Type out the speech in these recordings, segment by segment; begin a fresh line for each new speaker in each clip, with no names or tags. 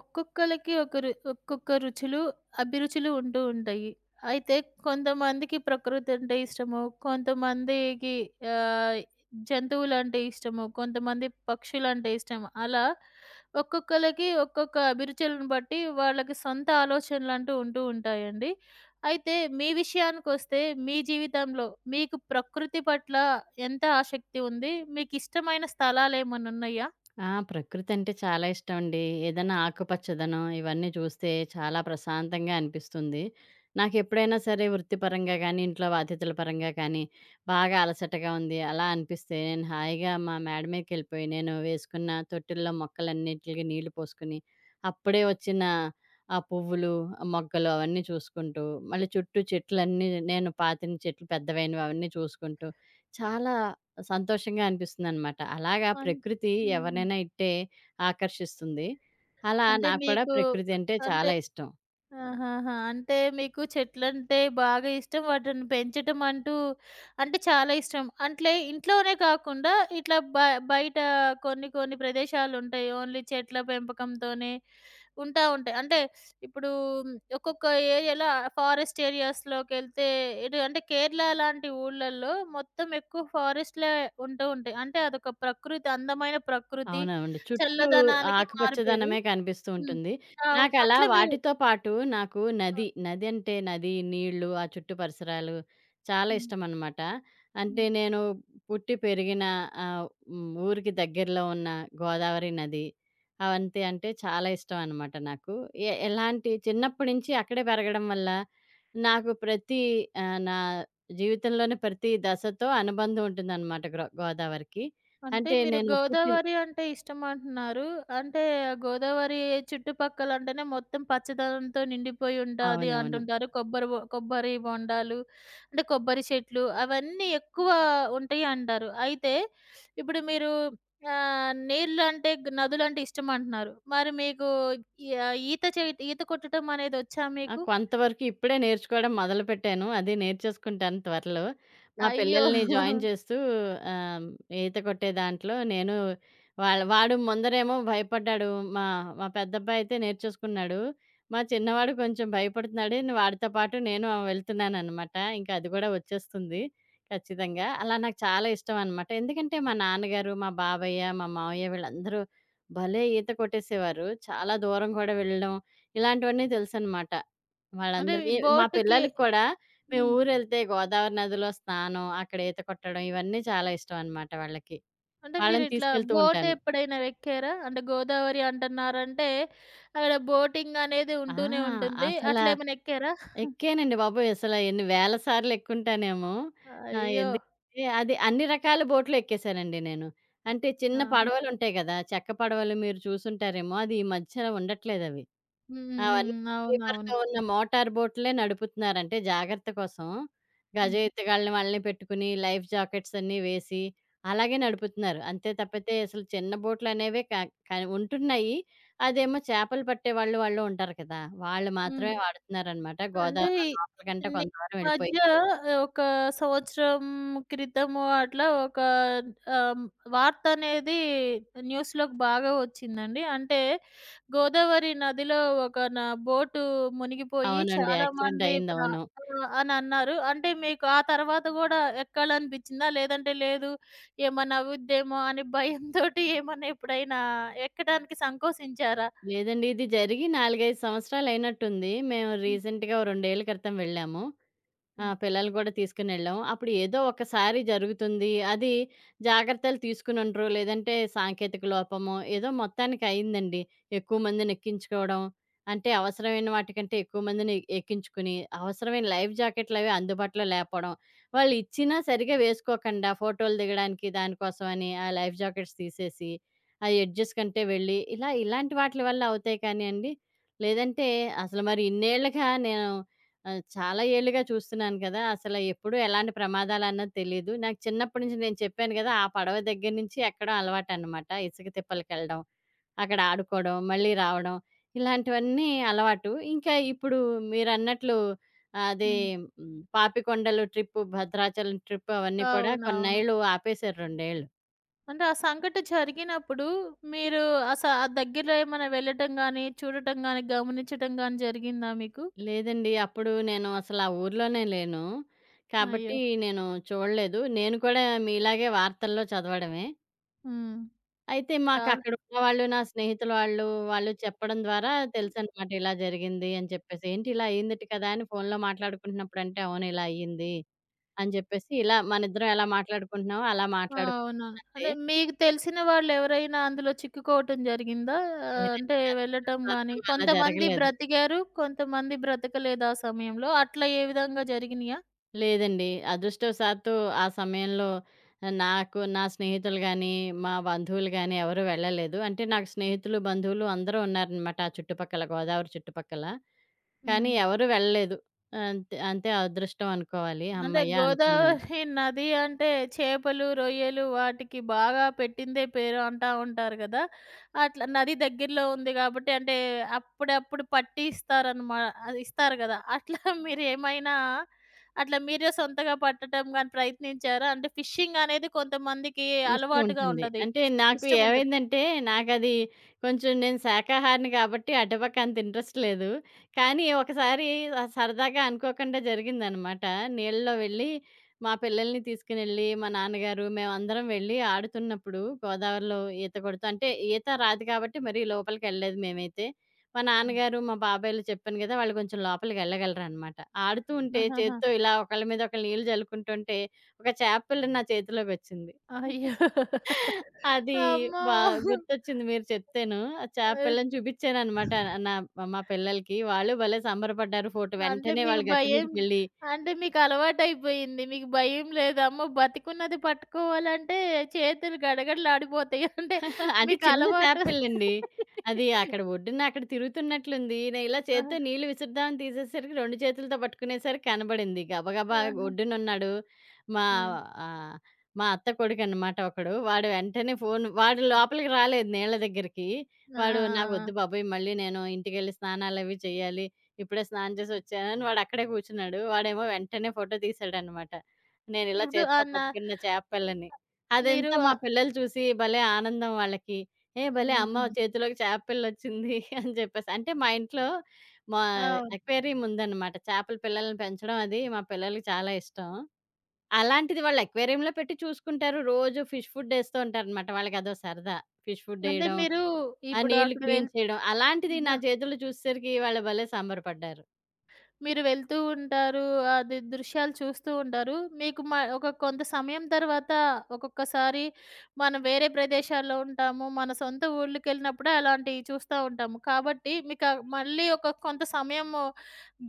ఒక్కొక్కళ్ళకి ఒకరు ఒక్కొక్క రుచులు, అభిరుచులు ఉంటూ ఉంటాయి. అయితే కొంతమందికి ప్రకృతి అంటే ఇష్టము. కొంతమందికి ఆహ్, జంతువులంటే ఇష్టము. కొంతమంది పక్షులంటే ఇష్టము. అలా ఒక్కొక్కళ్ళకి ఒక్కొక్క అభిరుచులను బట్టి వాళ్ళకి సొంత ఆలోచనలంటూ ఉంటూ ఉంటాయండి. అయితే మీ విషయానికొస్తే మీ జీవితంలో మీకు ప్రకృతి పట్ల ఎంత ఆసక్తి ఉంది? మీకిష్టమైన స్థలాలేమన్నున్నయా?
ఆ! ప్రకృతంటే చాలా ఇష్టమండి. ఏదైనా ఆకుపచ్చదనం ఇవన్నీ చూస్తే చాలా ప్రశాంతంగా అనిపిస్తుంది. నాకెప్పుడైనా సరే వృత్తిపరంగా గానీ, ఇంట్లో బాధ్యతల పరంగా కానీ, బాగా అలసటగా ఉంది అలా అనిపిస్తే నేను హాయిగా మా మేడ మీదకెళ్ళిపోయి నేను వేసుకున్న తొట్టిల్లో మొక్కలన్నిటికి నీళ్లు పోసుకొని, అప్పుడే వచ్చిన ఆ పువ్వులు, ఆ మొగ్గలు అవన్నీ చూసుకుంటూ, మళ్ళీ చుట్టూ చెట్లన్నీ నేను పాతిన చెట్లు పెద్దవైనవి అవన్నీ చూసుకుంటూ చాలా సంతోషంగా అనిపిస్తుందనమాట. అలాగా
అన్
ప్రకృతి
హ్మ్.
ఎవరినైనా ఇట్టే ఆకర్షిస్తుంది. అలా
అంటే
నాకు కూడా
మీకు
ప్రకృతి అంటే
అంటే
చాలా ఇష్టం.
ఆహాహా! అంటే మీకు చెట్లంటే బాగా ఇష్టం. వాటిని పెంచటం అంటే చాలా ఇష్టం. అట్లే ఇంట్లోనే కాకుండా ఇట్లా బయట కొన్ని కొన్ని ప్రదేశాలుంటాయి. ఓన్లీ చెట్ల పెంపకంతోనే ఉంటాయి. అంటే ఇప్పుడు ఒక్కొక్క ఏరియాలో ఫారెస్ట్ ఏరియాస్‌లోకెళ్తే ఇటు అంటే కేరళ లాంటి ఊళ్ళల్లో మొత్తం ఎక్కువ ఫారెస్ట్‌లే ఉంటూ ఉంటాయి. అంటే అదొక ప్రకృతి, అందమైన ప్రకృతి,
అవునవునండి. చుట్టూ
చల్లదనానికి మారుపేరు.
ఆకుపచ్చదనమే కనిపిస్తూ
హ్మ్.
ఉంటుంది.
అవును.
నాకలా
అట్లా మీరు
వాటితో పాటు నాకు
ఆహ్,
నది, నీళ్ళు, ఆ చుట్టూ పరిసరాలు చాలా
హ్మ్.
ఇష్టమనమాట. అంటే
హ్మ్.
నేను పుట్టి పెరిగిన ఆహ్, హ్మ్. ఊరికి దగ్గరలో ఉన్న గోదావరి నది అవంతే అంటే చాలా ఇష్టం అనమాట నాకు. ఎలాంటి చిన్నప్పటి నుంచి అక్కడే పెరగడం వల్ల నాకు ప్రతి నా జీవితంలోని ప్రతి దశతో అనుబంధం ఉంటుందనమాట గోదావరికి.
అంటే
అంటే
మీరు
నేను పుట్టిన
గోదావరి అంటే ఇష్టమంటున్నారు. అంటే గోదావరి చుట్టుపక్కల అంటేనే మొత్తం పచ్చదనంతో నిండిపోయి ఉంటాది
అవునవును.
అంటుంటారు. కొబ్బరి బొండాలు, అంటే కొబ్బరి చెట్లు అవన్నీ ఎక్కువ ఉంటాయి అంటారు. అయితే ఇప్పుడు మీరు నీళ్ళంటే నదులంటే ఇష్టమంటున్నారు. మరి మీకు ఆహ్, ఈత చే ఈత కొట్టడం అనేది వచ్చా
ఆ!
మీకు?
కొంతవరకు ఇప్పుడే నేర్చుకోవడం మొదలుపెట్టాను. అది నేర్చేసుకుంటాను త్వరలో. మా
అయ్యో!
పిల్లల్ని జాయిన్ చేస్తూ ఆహ్, ఈత కొట్టే దాంట్లో నేను వాళ్ళ వాడు ముందరేమో భయపడ్డాడు. మా మా పెద్దబ్బాయి అయితే నేర్చేసుకున్నాడు. మా చిన్నవాడు కొంచెం భయపడుతున్నాడు. వాడితో పాటు నేను వెళ్తున్నాననమాట. ఇంకా అది కూడా వచ్చేస్తుంది ఖచ్చితంగా. అలా నాకు చాలా ఇష్టం అనమాట. ఎందుకంటే మా నాన్నగారు, మా బాబయ్య, మా మావయ్య వీళ్ళందరూ భలే ఈత కొట్టేసేవారు. చాలా దూరం కూడా వెళ్ళడం ఇలాంటివన్నీ తెలుసనమాట.
అంటే ఈ
వాళ్ళందరికీ మా
బోట్‌కి
పిల్లలకి కూడా మేము
హ్మ్.
ఊరెళ్తే గోదావరి నదిలో స్నానం, అక్కడ ఈత కొట్టడం ఇవన్నీ చాలా ఇష్టం అనమాట వాళ్ళకి.
అంటే
వాళ్ళని
మీరిట్లా
తీసుకెళ్తూ
బోట్
ఉంటాను.
ఎప్పుడైనా ఎక్కారా? అంటే గోదావరి అంటన్నారంటే, అక్కడ బోటింగ్ అనేది
ఆ!
ఉంటూనే ఉంటుంది.
అసలా
అట్లేమైనా ఎక్కారా?
ఎక్కానండి బాబోయ్! అసల ఎన్ని వేల సార్లు ఎక్కుంటానేమో.
అయ్యో!
ఎందుకంటే అది అన్ని రకాల బోట్లు ఎక్కేసానండి నేను. అంటే చిన్న
ఆ!
పడవలుంటాయి గదా! చెక్క పడవలు మీరు చూసుంటారేమో. అది ఈ మధ్య ఉండట్లేదవి.
హ్మ్. హ్మ్.
అవన్నీ
హ్మ్.
ఫీవర్‌తో
అవునవును.
ఉన్న మోటారు బోట్‌లే నడుపుతున్నారు. అంటే జాగ్రత్త కోసం గజ
హ్మ్.
ఎత్తుగాళ్ళని వాళ్ళని పెట్టుకుని లైఫ్ జాకెట్స్ అన్నీ వేసి అలాగే నడుపుతున్నారు. అంతే తప్పితే అసలు చిన్న బోట్‌లనేవే క క ఉంటున్నాయి. అదేమో చేపలు పట్టేవాళ్ళు వాళ్ళు వాళ్ళు ఉంటారు కదా! వాళ్ళు
హ్మ్.
మాత్రమే వాడుతున్నారనమాట.
అంటే
గోదావరిలో లోపలికంటే
నేను ఈ
కొంత దూరం వెళ్ళిపోయి.
మధ్య ఒక సంవత్సరం క్రితము అట్లా ఒక ఆహ్, వార్త అనేది న్యూస్‌లోకి బాగా వచ్చిందండి. అంటే గోదావరి నదిలో ఒక బోటు మునిగిపోయి
అవునండి. యాక్సిడెంట్
చాలామంది
అయింది. అవును.
అని అన్నారు. అంటే మీకు ఆ తర్వాత గూడా ఎక్కాలనిపించిందా? లేదంటే లేదు ఏమన్నా అవుద్దేమో అని భయంతోటి ఏమన్నా ఎప్పుడైనా ఎక్కడానికి సంకోచించారా?
లేదండి. ఇది జరిగి 4, 5 సంవత్సరాలు అయినట్టుంది. మేము
హ్మ్.
రీసెంట్‌గా ఓ 2 ఏళ్ల క్రితం వెళ్ళాము. ఆ!
హ్మ్.
పిల్లలు గూడా తీసుకొనెళ్ళాం. అప్పుడు ఏదో ఒకసారి జరుగుతుంది. అది జాగ్రత్తలు తీసుకునుండరు. లేదంటే సాంకేతిక లోపమో, ఏదో మొత్తానికి అయిందండి. ఎక్కువ మందినెక్కించుకోవడం. అంటే అవసరమైన వాటికంటే ఎక్కువ మందిని ఎక్కించుకుని, అవసరమైన లైఫ్ జాకెట్లవి అందుబాటులో లేపోవడం. వాళ్ళిచ్చినా సరిగ్గా వేసుకోకుండా ఫోటోలు దిగడానికి దానికోసమని ఆ లైఫ్ జాకెట్స్ తీసేసి, ఆ ఎడ్జెస్ కంటే వెళ్ళి ఇలా ఇలాంటి వాటిల వల్ల అవుతాయి కానియండి. లేదంటే అసలు మరి ఇన్నేళ్లుగా నేను ఆ! చాలా ఏళ్లుగా చూస్తున్నాను కదా! అసల ఎప్పుడు ఎలాంటి ప్రమాదాలన్నది తెలీదు. నాకు చిన్నప్పటి నుంచి నేను చెప్పాను కదా! ఆ పడవ దగ్గర నుంచి ఎక్కడం అలవాటనమాట. ఇసుక తిప్పలకెళ్ళడం, అక్కడ ఆడుకోవడం, మళ్ళీ రావడం ఇలాంటివన్నీ అలవాటు. ఇంకా ఇప్పుడు మీరన్నట్లు అదే
హ్మ్.
హ్మ్. పాపికొండలు ట్రిప్పు, భద్రాచలం ట్రిప్పు అవన్నీ కూడా
అవునవును.
కొన్నేళ్లు ఆపేశారు 2 ఏళ్లు.
అంటే ఆ సంఘటన జరిగినప్పుడు మీరు ఆ దగ్గరలో ఏమైనా వెళ్ళటం గాని, చూడటం గాని, గమనించటం గాని జరిగిందా మీకు?
లేదండి. అప్పుడు నేను అసలు ఆ ఊర్లోనే లేను.
అయ్యో!
కాబట్టి నేను చూడలేదు. నేను కూడా మీలాగే వార్తల్లో చదవడమే.
హ్మ్.
అయితే
చాలా
మాకక్కడ ఉన్నవాళ్ళు, నా స్నేహితుల వాళ్ళు, వాళ్ళు చెప్పడం ద్వారా తెలుసనమాట ఇలా జరిగింది అని చెప్పేసి. ఏంటి ఇలా అయిందట కదా! అని ఫోనులో మాట్లాడుకుంటున్నప్పుడంటే, అవును ఇలా అయ్యింది అని చెప్పేసి, ఇలా మనిద్దరం ఎలా మాట్లాడుకుంటున్నామో అలా
ఆ!
మాట్లాడుకుంటే,
అవునవును. అంటే మీకు తెలిసిన వాళ్ళెవరైనా అందులో చిక్కుకోవటం జరిగిందా? అంటే
లేదండి
వెళ్ళటం
అదృష్టవశాత్తు
గాని
అలా
కొంతమంది
జరగలేదు.
బ్రతికారు, కొంతమంది బ్రతకలేదు ఆ సమయంలో. అట్లా ఏ విధంగా జరిగినియా?
లేదండి. అదృష్టవశాత్తు ఆ సమయంలో నాకు, నా స్నేహితులు గానీ, మా బంధువులు గానీ ఎవరు వెళ్ళలేదు. అంటే నాకు స్నేహితులు, బంధువులు అందరూ ఉన్నారనమాట ఆ చుట్టుపక్కల, గోదావరి చుట్టుపక్కల. కానీ
హ్మ్.
ఎవరు వెళ్ళలేదు. అంతే, అంతే అదృష్టం అనుకోవాలి.
అంటే
హమ్మయ్య! అనుకున్నాను.
గోదావరి నది అంటే చేపలు, రొయ్యలు వాటికి బాగా పెట్టిందే పేరు అంటా ఉంటారు గదా! అట్లా నది దగ్గరలో ఉంది గాబట్టి అంటే అప్పుడప్పుడు పట్టి ఇస్తారనమా, అది ఇస్తారు గదా! అట్లా మీరేమైనా అట్లా మీరే సొంతగా పట్టటం గాని ప్రయత్నించారా? అంటే ఫిషింగ్ అనేది కొంతమందికి
ఇష్టం
అలవాటుగా
ఉంటుంది.
ఉంటది.
అంటే నాకు
ఇష్టం ఉంటది.
ఏమైందంటే నాకది కొంచెం నేను శాకాహారిని కాబట్టి అటుపక్క అంత ఇంట్రెస్ట్ లేదు. కానీ ఒకసారి సరదాగా అనుకోకుండా జరిగిందనమాట. నీళ్ళలో వెళ్ళి మా పిల్లల్ని తీసుకునెళ్ళి మా నాన్నగారు మేమందరం వెళ్ళి ఆడుతున్నప్పుడు గోదావరిలో ఈత కొడుతూ అంటే ఈత రాదు కాబట్టి మరీ లోపలికెళ్ళలేదు మేమైతే. మా
హ్మ్.
నాన్నగారు, మా బాబాయ్‌లు చెప్పాను గదా! వాళ్ళు కొంచెం లోపలికి వెళ్ళగలరనమాట. ఆడుతూ ఉంటే
ఆహాహా!
చేత్తో ఇలా ఒకళ్ళ మీద ఒకళ్ళు నీళ్ళు జల్లుకుంటుంటే ఒక చేప పిల్ల నా చేతిలోకొచ్చింది.
అయ్యో!
అది
అమ్మో!
బా గుర్తొచ్చింది మీరు చెప్తేను. ఆ చేప పిల్లని చూపిచ్చాననమాట. నా మా పిల్లలకి. వాళ్ళు భలే సంబరపడ్డారు. ఫోటో
అంటే
వెంటనే
మీకు
వాళ్ళు గట్టు
భయం,
మీదకెళ్ళి
అంటే మీకలవాటయిపోయింది. మీకు భయం లేదు. అమ్మో! బతికున్నది పట్టుకోవాలంటే చేతులు గడగడలాడిపోతాయి. అంటే
అంటే చిన్న
మీకలవాటు
చేపపిల్లండి. అది అక్కడ ఒడ్డున అక్కడ తిరుగుతున్నట్లుంది. నేను ఇలా
ఆ!
చేత్తో నీళ్లు విసురుదామని తీసేసరికి 2 చేతులతో పట్టుకునేసరికి కనబడింది. గబగబా
ఆహా!
ఒడ్డునున్నాడు. మా
హ్మ్.
ఆహ్, మా అత్త కొడుకనమాట ఒకడు. వాడు వెంటనే ఫోను వాడు లోపలికి రాలేదు నీళ్ల దగ్గరికి.
ఆ! ఆ!
వాడు "నాకొద్దు
ఆ!
బాబోయ్! మళ్ళీ నేను ఇంటికెళ్ళి స్నానాలవి చేయాలి. ఇప్పుడే స్నానం చేసి వచ్చానని" వాడు అక్కడే కూర్చున్నాడు. వాడేమో వెంటనే ఫోటో తీసాడనమాట. నేనిలా
ఇప్పుడు
చేత్తో
ఆహ్, నా
పట్టుకున్న చేపపిల్లని.
మీరు
అదంతా మా పిల్లలు చూసి భలే ఆనందం వాళ్ళకి. "ఏ భలే అమ్మ
హ్మ్.
చేతిలోకి చేపపిల్లొచ్చింది" అని చెప్పేసి. అంటే మా ఇంట్లో మా
అవును.
అక్వేరియం ఉందనమాట. చేపల పిల్లల్ని పెంచడం అది మా పిల్లలకి చాలా ఇష్టం. అలాంటిది వాళ్ళు అక్వేరియంలో పెట్టి చూసుకుంటారు. రోజు ఫిష్ ఫుడ్డేస్తూ ఉంటారనమాట. వాళ్ళకదో సరదా. ఫిష్
అంటే
ఫుడ్డేయడం,
మీరు
ఆ
ఇప్పుడు
నీళ్లు
అక్కడ
క్లీన్
వెళ్
చేయడం. అలాంటిది నా చేతుల్లో చూసేసరికి వాళ్ళు భలే సంబరపడ్డారు.
మీరు వెళ్తూ ఉంటారు. అది దృశ్యాలు చూస్తూ ఉంటారు. మీకు ఒక కొంత సమయం తర్వాత ఒక్కొక్కసారి మనం వేరే ప్రదేశాల్లో ఉంటాము. మన సొంత ఊర్లకెళ్ళినప్పుడే అలాంటివి చూస్తా ఉంటాము. కాబట్టి మీకా మళ్ళీ ఒక కొంత సమయము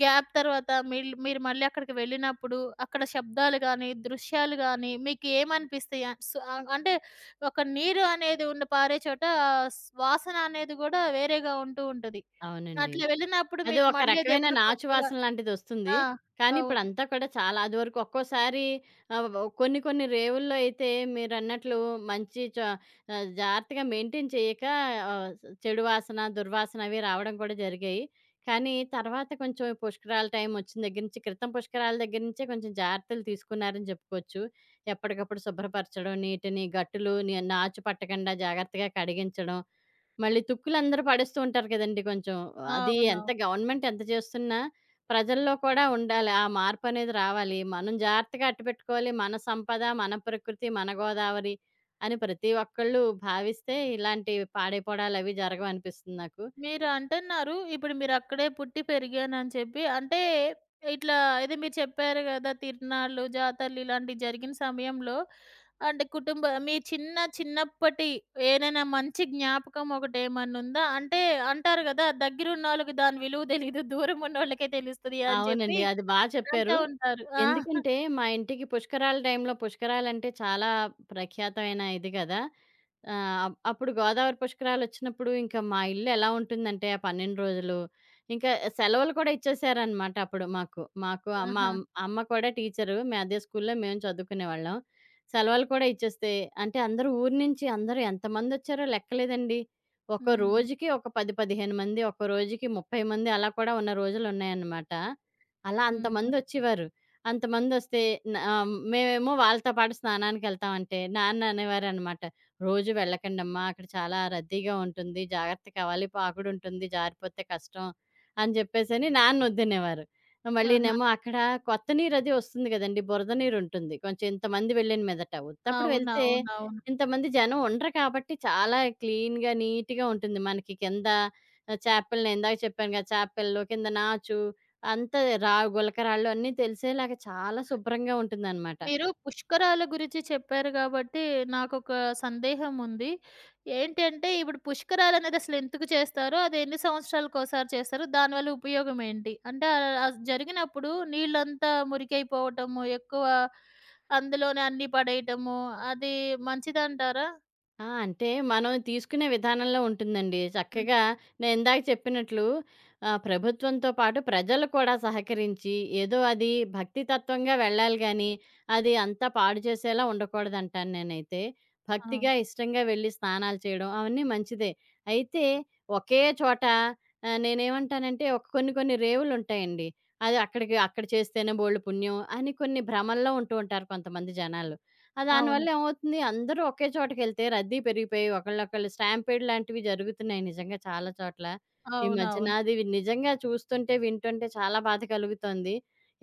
గ్యాప్ తర్వాత మీరు మళ్ళీ అక్కడికి వెళ్ళినప్పుడు అక్కడ శబ్దాలు గానీ, దృశ్యాలు గానీ మీకు ఏమనిపిస్తాయి? అంటే ఒక నీరు అనేది ఉన్న పారే చోట ఆహ్, స్ వాసన అనేది గూడా వేరేగా ఉంటూ ఉంటది.
అవునండి.
అట్లా వెళ్ళినప్పుడు
అది
మీకు
ఒక
మళ్ళీ
రకమైన
అదేమన్నా
నాచు
కొత్తగా
వాసన లాంటిదొస్తుంది.
ఆ!
కానీ
అవును.
ఇప్పుడంతా కూడా చాలా అది వరకు ఒక్కోసారి ఆహ్, వ కొన్ని కొన్ని రేవుల్లో అయితే మీరన్నట్లు మంచి చ జాగ్రత్తగా మెయింటైన్ చేయక ఆహ్, చెడు వాసన, దుర్వాసన అవి రావడం కూడా జరిగాయి. కానీ తర్వాత కొంచెం ఈ పుష్కరాల టైం వచ్చిన దగ్గర నుంచి క్రితం పుష్కరాల దగ్గర నుంచే కొంచెం జాగ్రత్తలు తీసుకున్నారని చెప్పుకోవచ్చు. ఎప్పటికప్పుడు శుభ్రపరచడం, నీటిని, గట్టులు నాచు పట్టకుండా జాగ్రత్తగా కడిగించడం. మళ్ళీ తుక్కులందరూ పడేస్తూ ఉంటారు కదండీ కొంచెం. అది
అవునవును.
ఎంత గవర్నమెంట్ ఎంత చేస్తున్నా, ప్రజల్లో కూడా ఉండాలి. ఆ మార్పనేది రావాలి. మనం జాగ్రత్తగా అట్టపెట్టుకోవాలి. మన సంపద, మన ప్రకృతి, మన గోదావరి అని ప్రతి ఒక్కళ్ళు భావిస్తే ఇలాంటి పాడైపోవడాలవి జరగవనిపిస్తుంది నాకు.
మీరు అంటున్నారు, ఇప్పుడు మీరక్కడే పుట్టి పెరిగానని చెప్పి. అంటే ఇట్లా ఇది మీరు చెప్పారు గదా! తిరునాళ్ళు, జాతరలు ఇలాంటివి జరిగిన సమయంలో అంటే మీ చిన్నప్పటి ఏదైనా మంచి జ్ఞాపకం ఒకటేమన్నుందా? అంటే అంటారు గదా! దగ్గరున్నోళ్ళకి దాని విలువ తెలీదు. దూరం ఉన్నోళ్ళకే తెలుస్తది అని చెప్పి
అవునండి. అది బా చెప్పారు.
అంటా ఉంటారు. ఆ!
ఎందుకంటే మా ఇంటికి పుష్కరాల టైంలో పుష్కరాలంటే చాలా ప్రఖ్యాతమైన ఇది గదా! ఆహ్, అప్ అప్పుడు గోదావరి పుష్కరాలొచ్చినప్పుడు ఇంకా మా ఇల్లు ఎలా ఉంటుందంటే ఆ 12 రోజులు, ఇంకా సెలవులు కూడా ఇచ్చేసారనమాట అప్పుడు మాకు. మాకు అమ్మ
ఆహా!
అమ్మ కూడా టీచరు. అదే స్కూల్‌లో మేము చదువుకునేవాళ్ళం. సెలవులు కూడా ఇచ్చేస్తే అంటే అందరూ ఊరు నుంచి అందరూ ఎంతమందొచ్చారో లెక్కలేదండి. ఒక
హ్మ్.
రోజుకి ఒక 10, 15 మంది, ఒక రోజుకి 30 మంది అలా కూడా ఉన్న రోజులున్నాయన్నమాట. అలా
హ్మ్.
అంతమందొచ్చేవారు. అంతమందొస్తే మేమేమో వాళ్ళతో పాటు స్నానానికెళ్తామంటే, నాన్న అనేవారనమాట. "రోజు వెళ్ళకండమ్మా అక్కడ చాలా రద్దీగా ఉంటుంది. జాగ్రత్త కావాలి. పాకుడుంటుంది. జారిపోతే కష్టం" అని చెప్పేసని నాన్నొద్దనేవారు.
ఆహా!
మళ్ళీనేమో అక్కడ కొత్త నీరది వస్తుంది గదండీ! బురద నీరుంటుంది. కొంచెం ఇంతమంది వెళ్ళిన మీదట. ఉత్తప్పుడు వెళ్తే
అవునవునవును.
ఇంతమంది జనం ఉండరు కాబట్టి చాలా క్లీన్‌గా, నీట్‌గా ఉంటుంది. మనకి కింద చేపలని ఇందాక చెప్పాను గదా! చేపలు, కింద నాచు అంత గులకరాళ్ళు అన్నీ తెలిసేలాగా చాలా శుభ్రంగా ఉంటుందనమాట.
మీరు పుష్కరాల గురించి చెప్పారు కాబట్టి నాకొక సందేహం ఉంది. ఏంటంటే ఇప్పుడు పుష్కరాలనేది అసలెందుకు చేస్తారో? అదెన్ని సంవత్సరాలకోసారి చేస్తారు? దానివల్ల ఉపయోగం ఏంటి? అంటే ఆహ్, ఆస్ జరిగినప్పుడు నీళ్ళంతా మురికైపోవటము, ఎక్కువ అందులోనే అన్నీ పడేయటము అది మంచిదంటారా?
ఆ! అంటే మనం తీసుకునే విధానంలో ఉంటుందండి.
హ్మ్.
చక్కగా నేను ఇందాక చెప్పినట్లు ప్రభుత్వంతో పాటు ప్రజలు కూడా సహకరించి ఏదో అది భక్తి తత్వంగా వెళ్ళాలి గానీ, అది అంతా పాడు చేసేలా ఉండకూడదంటాను నేనైతే.
ఆ!
భక్తిగా, ఇష్టంగా వెళ్లి స్నానాలు చేయడం అవన్నీ మంచిదే. అయితే ఒకే చోట నేనేమంటానంటే ఒక కొన్ని కొన్ని రేవులుంటాయండి. అది అక్కడికి అక్కడ చేస్తేనే బోలెడు పుణ్యం అని కొన్ని భ్రమల్లో ఉంటూ ఉంటారు కొంతమంది జనాలు. ఆ! దానివల్ల
అవును.
ఏమవుతుంది అందరూ ఒకే చోటకెళ్తే రద్దీ పెరిగిపోయి ఒకళ్ళనొకళ్ళు స్టాంపీడ్ లాంటివి జరుగుతున్నాయి నిజంగా చాలా చోట్ల. ఈ మధ్యన
అవునవును.
అది నిజంగా చూస్తుంటే, వింటుంటే చాలా బాధ కలుగుతోంది.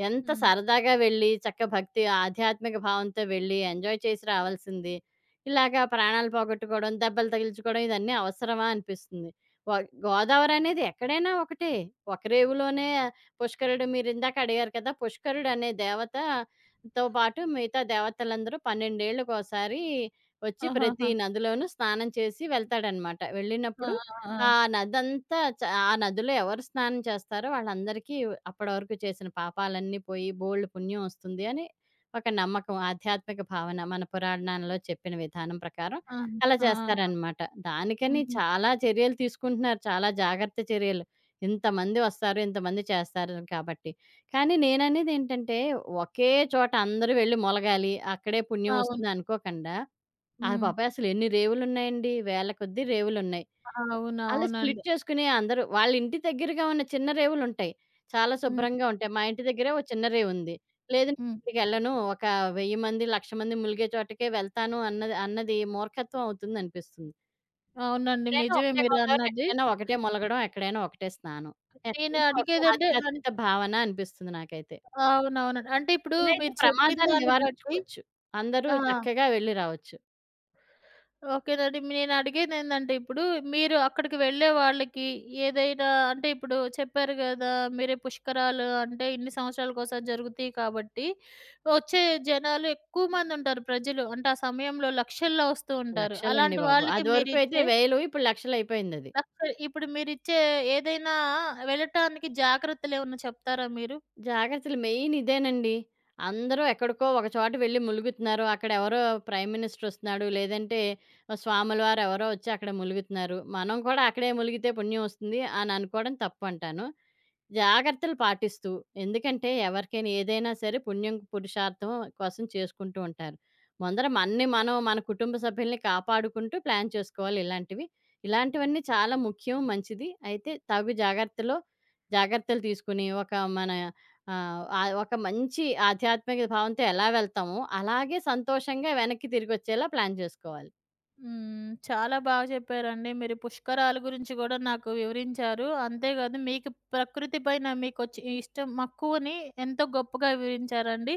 ఎంత
హ్మ్.
సరదాగా వెళ్లి చక్క భక్తి, ఆధ్యాత్మిక భావంతో వెళ్లి ఎంజాయ్ చేసి రావాల్సింది. ఇలాగా ప్రాణాలు పోగొట్టుకోవడం, దెబ్బలు తగిలించుకోవడం ఇదన్నీ అవసరమా అనిపిస్తుంది. వ గోదావరి అనేది ఎక్కడైనా ఒకటే. ఒక రేవులోనే పుష్కరుడు మీరిందాక అడిగారు కదా! పుష్కరుడు అనే దేవత తో పాటు మిగతా దేవతలందరూ 12 ఏళ్ళకోసారి వచ్చి ప్రతి
ఆహాహా!
నదిలోనూ స్నానం చేసి వెళ్తాడనమాట.
ఆ!
వెళ్ళినప్పుడు
ఆ!
ఆ నదంతా చ ఆ నదిలో ఎవరు స్నానం చేస్తారో వాళ్ళందరికీ అప్పటి వరకు చేసిన పాపాలన్నీ పోయి బోలెడు పుణ్యం వస్తుంది అని ఒక నమ్మకం. ఆధ్యాత్మిక భావన మన పురాణాల్లో చెప్పిన విధానం ప్రకారం
ఆ!
అలా
ఆ! ఆ! ఆ!
చేస్తారనమాట. దానికని
హుహు.
చాలా చర్యలు తీసుకుంటున్నారు. చాలా జాగ్రత్త చర్యలు. ఇంతమంది వస్తారు, ఇంతమంది చేస్తారు కాబట్టి. కానీ నేననేదేంటంటే, ఒకే చోట అందరూ వెళ్లి మొలగాలి. అక్కడే పుణ్యం
అవును.
ఒస్తుంది అనుకోకండా, ఆ
హ్మ్.
బాబోయ్! అసలు ఎన్ని రేవులున్నాయండి. వేల కొద్దీ రేవులున్నాయి. అలా స్ప్లిట్
అవునవునండి.
చేసుకుని అందరూ వాళ్ళ ఇంటి దగ్గరగా ఉన్న చిన్న రేవులుంటాయి. చాలా
హ్మ్.
శుభ్రంగా ఉంటాయి. మా ఇంటి దగ్గరే ఓ చిన్న రేవుంది. లేదు
హ్మ్.
నేనక్కడికెళ్ళను. ఒక 1000 మంది, 1,00,000 మంది ములిగే చోటకే వెళ్తాను అన్నది అన్నది మూర్ఖత్వం అవుతుందనిపిస్తుంది.
అవునండి.
ఎక్కడైనా
నిజమే
ఒకటే గోదావరి,
మీరన్నది.
ఎక్కడైనా ఒకటే ములగడం, ఎక్కడైనా ఒకటే స్నానం.
నేను
ఎక్కడైనా ఒకే
అడిగేదంటే
ఆధ్యాత్మిక భావన అనిపిస్తుంది నాకైతే.
అవునవునండి. అంటే ఇప్పుడు
ఇలా అయితే
మీరు చెప్పిన
ప్రమాదాన్ని
దాన్ని బట్టి
నివారించుకోవచ్చు. అందరూ
ఆ!
చక్కగా వెళ్లి రావచ్చు.
ఓకేనండి. నేను అడిగేదేందంటే ఇప్పుడు మీరు అక్కడికి వెళ్ళే వాళ్ళకి ఏదైనా అంటే ఇప్పుడు చెప్పారు గదా! మీరే పుష్కరాలు అంటే ఇన్ని సంవత్సరాలకోసారి జరుగుతాయి కాబట్టి, వచ్చే జనాలు ఎక్కువ మందుంటారు ప్రజలు. అంటే ఆ సమయంలో లక్షల్లో వస్తూ ఉంటారు.
లక్షలండి
అలాంటి
బాబు!
వాళ్ళకి
అదివరకు అయితే
మీరిచ్చే
వేలు ఇప్పుడు లక్షలయిపోయిందది.
లక్ష ఇప్పుడు మీరిచ్చే ఏదైనా వెళ్ళటానికి జాగ్రత్తలేమన్నా చెప్తారా మీరు?
జాగ్రత్తలు మెయిన్ ఇదేనండి. అందరూ ఎక్కడికో ఒక చోట వెళ్లి ములుగుతున్నారు. అక్కడ ఎవరో ప్రైమ్ మినిస్టర్ వస్తున్నాడు. లేదంటే ఓ స్వాముల వారు ఎవరో వచ్చి అక్కడ ములుగుతున్నారు. మనం కూడా అక్కడే ములిగితే పుణ్యం వస్తుంది అని అనుకోవడం తప్పంటాను. జాగ్రత్తలు పాటిస్తూ. ఎందుకంటే ఎవరికైనా ఏదైనా సరే పుణ్యం, పురుషార్థం కోసం చేసుకుంటూ ఉంటారు. ముందర మనని మనం, మన కుటుంబ సభ్యుల్ని కాపాడుకుంటూ ప్లాన్ చేసుకోవాలి ఇలాంటివి. ఇలాంటివన్నీ చాలా ముఖ్యం, మంచిది. అయితే తగు జాగ్రత్తలో జాగ్రత్తలు తీసుకుని ఒక మన ఆహ్, ఆహ్, ఒక మంచి ఆధ్యాత్మిక భావంతో ఎలా వెళ్తామో అలాగే సంతోషంగా వెనక్కి తిరిగొచ్చేలా ప్లాన్ చేసుకోవాలి.
హ్మ్. చాలా బాగా చెప్పారండి. మీరు పుష్కరాల గురించి గూడా నాకు వివరించారు. అంతేగాదు మీకు ప్రకృతి పైన మీకొచ్చి ఇష్టం, మక్కువని ఎంతో గొప్పగా వివరించారండి.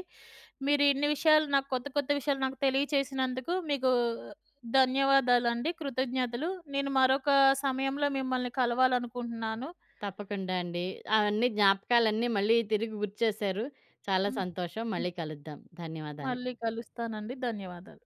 మీరు ఇన్ని విషయాలు, నాకు కొత్త కొత్త విషయాలు నాకు తెలియచేసినందుకు మీకు ధన్యవాదాలండి. కృతజ్ఞతలు. నేను మరొక సమయంలో మిమ్మల్ని కలవాలనుకుంటున్నాను.
తప్పకుండా అండి. అవన్నీ జ్ఞాపకాలన్నీ మళ్ళీ తిరిగి గుర్తు చేశారు. చాలా
హ్మ్.
సంతోషం.
హ్మ్.
మళ్ళీ కలుద్దాం. ధన్యవాదాలు.
మళ్ళీ కలుస్తానండి. ధన్యవాదాలు.